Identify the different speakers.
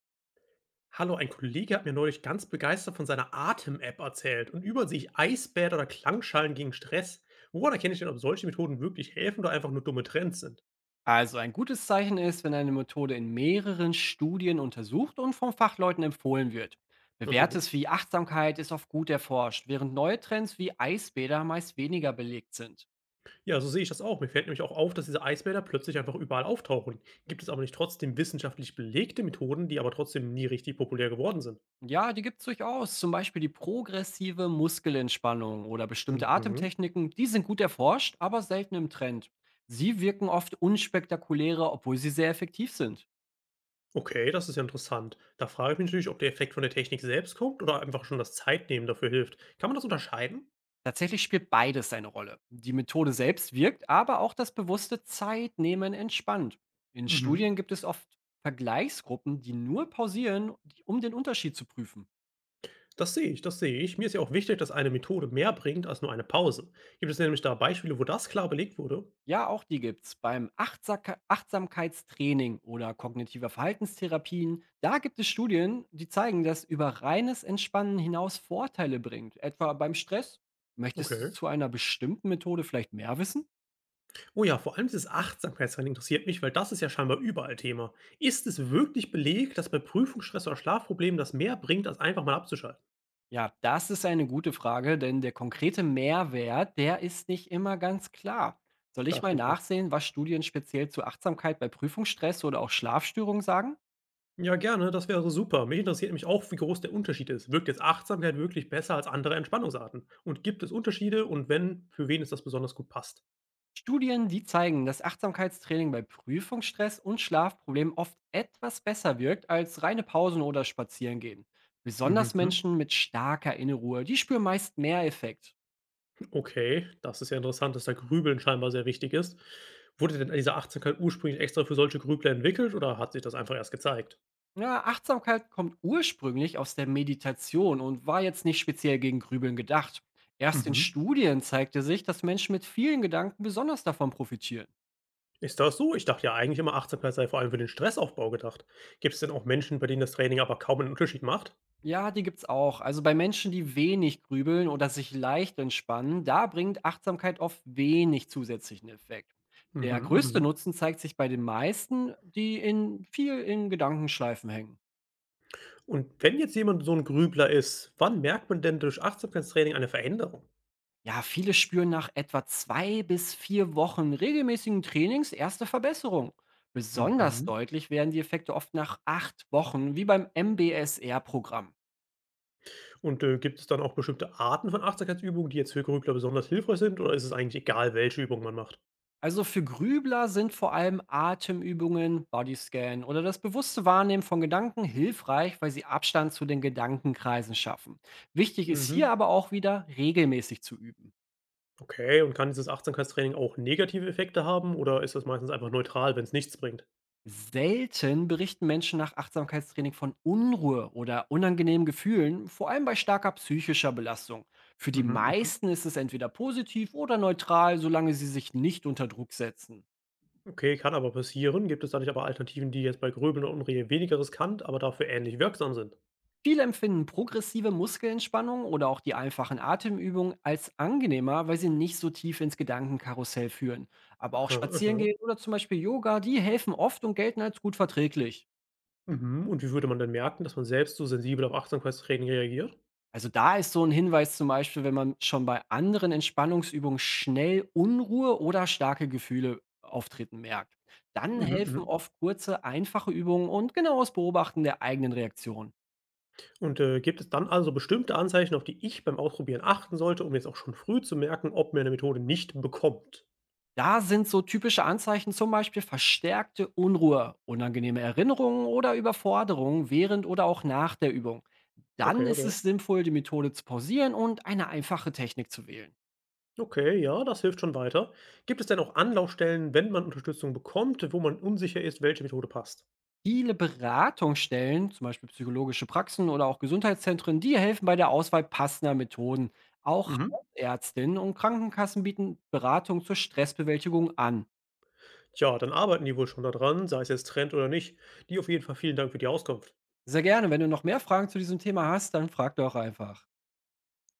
Speaker 1: Hallo, ein Kollege hat mir neulich ganz begeistert von seiner Atem-App erzählt und über sich Eisbäder oder Klangschalen gegen Stress. Woran erkenne ich denn, ob solche Methoden wirklich helfen oder einfach nur dumme Trends sind?
Speaker 2: Also ein gutes Zeichen ist, wenn eine Methode in mehreren Studien untersucht und von Fachleuten empfohlen wird.
Speaker 1: Natürlich.
Speaker 2: Bewährtes wie Achtsamkeit ist oft gut erforscht, während neue Trends wie Eisbäder meist weniger belegt sind.
Speaker 1: Ja, so sehe ich das auch. Mir fällt nämlich auch auf, dass diese Eisbäder plötzlich einfach überall auftauchen. Gibt es aber nicht trotzdem wissenschaftlich belegte Methoden, die aber trotzdem nie richtig populär geworden sind?
Speaker 2: Ja, die gibt es durchaus, zum Beispiel die progressive Muskelentspannung oder bestimmte
Speaker 1: Mhm.
Speaker 2: Atemtechniken, die sind gut erforscht, aber selten im Trend. Sie wirken oft unspektakulärer, obwohl sie sehr effektiv sind.
Speaker 1: Okay, das ist ja interessant. Da frage ich mich natürlich, ob der Effekt von der Technik selbst kommt oder einfach schon das Zeitnehmen dafür hilft. Kann man das unterscheiden?
Speaker 2: Tatsächlich spielt beides eine Rolle. Die Methode selbst wirkt, aber auch das bewusste Zeitnehmen entspannt. In Studien
Speaker 1: Mhm.
Speaker 2: gibt es oft Vergleichsgruppen, die nur pausieren, um den Unterschied zu prüfen.
Speaker 1: Das sehe ich, das sehe ich. Mir ist ja auch wichtig, dass eine Methode mehr bringt als nur eine Pause. Gibt es nämlich da Beispiele, wo das klar belegt wurde?
Speaker 2: Ja, auch die gibt's beim Achtsamkeitstraining oder kognitiver Verhaltenstherapien. Da gibt es Studien, die zeigen, dass über reines Entspannen hinaus Vorteile bringt, etwa beim Stress. Möchtest du
Speaker 1: Okay.
Speaker 2: zu einer bestimmten Methode vielleicht mehr wissen?
Speaker 1: Oh ja, vor allem dieses Achtsamkeitstraining interessiert mich, weil das ist ja scheinbar überall Thema. Ist es wirklich belegt, dass bei Prüfungsstress oder Schlafproblemen das mehr bringt, als einfach mal abzuschalten?
Speaker 2: Ja, das ist eine gute Frage, denn der konkrete Mehrwert, der ist nicht immer ganz klar. Soll ich mal
Speaker 1: Dachte ich mir.
Speaker 2: nachsehen, was Studien speziell zu Achtsamkeit bei Prüfungsstress oder auch Schlafstörungen sagen?
Speaker 1: Ja, gerne, das wäre super. Mich interessiert mich auch, wie groß der Unterschied ist. Wirkt jetzt Achtsamkeit wirklich besser als andere Entspannungsarten? Und gibt es Unterschiede und wenn, für wen es das besonders gut passt?
Speaker 2: Studien, die zeigen, dass Achtsamkeitstraining bei Prüfungsstress und Schlafproblemen oft etwas besser wirkt als reine Pausen oder Spazierengehen. Besonders
Speaker 1: Mhm.
Speaker 2: Menschen mit starker Innenruhe, die spüren meist mehr Effekt.
Speaker 1: Okay, das ist ja interessant, dass da Grübeln scheinbar sehr wichtig ist. Wurde denn diese Achtsamkeit ursprünglich extra für solche Grübler entwickelt oder hat sich das einfach erst gezeigt?
Speaker 2: Ja, Achtsamkeit kommt ursprünglich aus der Meditation und war jetzt nicht speziell gegen Grübeln gedacht. Erst in
Speaker 1: Mhm.
Speaker 2: Studien zeigte sich, dass Menschen mit vielen Gedanken besonders davon profitieren.
Speaker 1: Ist das so? Ich dachte ja eigentlich immer, Achtsamkeit sei vor allem für den Stressaufbau gedacht. Gibt es denn auch Menschen, bei denen das Training aber kaum einen Unterschied macht?
Speaker 2: Ja, die gibt's auch. Also bei Menschen, die wenig grübeln oder sich leicht entspannen, da bringt Achtsamkeit oft wenig zusätzlichen Effekt.
Speaker 1: Mhm,
Speaker 2: Der größte
Speaker 1: mhm.
Speaker 2: Nutzen zeigt sich bei den meisten, die in viel in Gedankenschleifen hängen.
Speaker 1: Und wenn jetzt jemand so ein Grübler ist, wann merkt man denn durch Achtsamkeitstraining eine Veränderung?
Speaker 2: Ja, viele spüren nach etwa 2 bis 4 Wochen regelmäßigen Trainings erste Verbesserung. Besonders
Speaker 1: Mhm.
Speaker 2: deutlich werden die Effekte oft nach 8 Wochen, wie beim MBSR-Programm.
Speaker 1: Gibt es dann auch bestimmte Arten von Achtsamkeitsübungen, die jetzt für Grübler besonders hilfreich sind oder ist es eigentlich egal, welche Übung man macht?
Speaker 2: Also für Grübler sind vor allem Atemübungen, Bodyscan oder das bewusste Wahrnehmen von Gedanken hilfreich, weil sie Abstand zu den Gedankenkreisen schaffen. Wichtig ist
Speaker 1: Mhm.
Speaker 2: hier aber auch wieder regelmäßig zu üben.
Speaker 1: Okay, und kann dieses Achtsamkeitstraining auch negative Effekte haben oder ist das meistens einfach neutral, wenn es nichts bringt?
Speaker 2: Selten berichten Menschen nach Achtsamkeitstraining von Unruhe oder unangenehmen Gefühlen, vor allem bei starker psychischer Belastung. Für die
Speaker 1: Mhm, mhm.
Speaker 2: meisten ist es entweder positiv oder neutral, solange sie sich nicht unter Druck setzen.
Speaker 1: Okay, kann aber passieren. Gibt es da nicht aber Alternativen, die jetzt bei Gröbeln und Unruhe weniger riskant, aber dafür ähnlich wirksam sind?
Speaker 2: Viele empfinden progressive Muskelentspannung oder auch die einfachen Atemübungen als angenehmer, weil sie nicht so tief ins Gedankenkarussell führen. Aber auch
Speaker 1: Aha, aha.
Speaker 2: Spazierengehen oder zum Beispiel Yoga, die helfen oft und gelten als gut verträglich.
Speaker 1: Mhm, und wie würde man denn merken, dass man selbst so sensibel auf Achtsamkeitstraining reagiert?
Speaker 2: Also da ist so ein Hinweis zum Beispiel, wenn man schon bei anderen Entspannungsübungen schnell Unruhe oder starke Gefühle auftreten merkt. Dann
Speaker 1: Mhm,
Speaker 2: helfen
Speaker 1: mhm.
Speaker 2: oft kurze, einfache Übungen und genaues Beobachten der eigenen Reaktion.
Speaker 1: Gibt es dann also bestimmte Anzeichen, auf die ich beim Ausprobieren achten sollte, um jetzt auch schon früh zu merken, ob mir eine Methode nicht bekommt?
Speaker 2: Da sind so typische Anzeichen zum Beispiel verstärkte Unruhe, unangenehme Erinnerungen oder Überforderung während oder auch nach der Übung.
Speaker 1: Okay,
Speaker 2: Dann ist
Speaker 1: okay.
Speaker 2: es sinnvoll, die Methode zu pausieren und eine einfache Technik zu wählen.
Speaker 1: Okay, ja, das hilft schon weiter. Gibt es denn auch Anlaufstellen, wenn man Unterstützung bekommt, wo man unsicher ist, welche Methode passt?
Speaker 2: Viele Beratungsstellen, zum Beispiel psychologische Praxen oder auch Gesundheitszentren, die helfen bei der Auswahl passender Methoden. Auch
Speaker 1: Mhm.
Speaker 2: Ärztinnen und Krankenkassen bieten Beratung zur Stressbewältigung an.
Speaker 1: Tja, dann arbeiten die wohl schon daran, sei es jetzt Trend oder nicht. Die auf jeden Fall vielen Dank für die Auskunft.
Speaker 2: Sehr gerne. Wenn du noch mehr Fragen zu diesem Thema hast, dann frag doch einfach.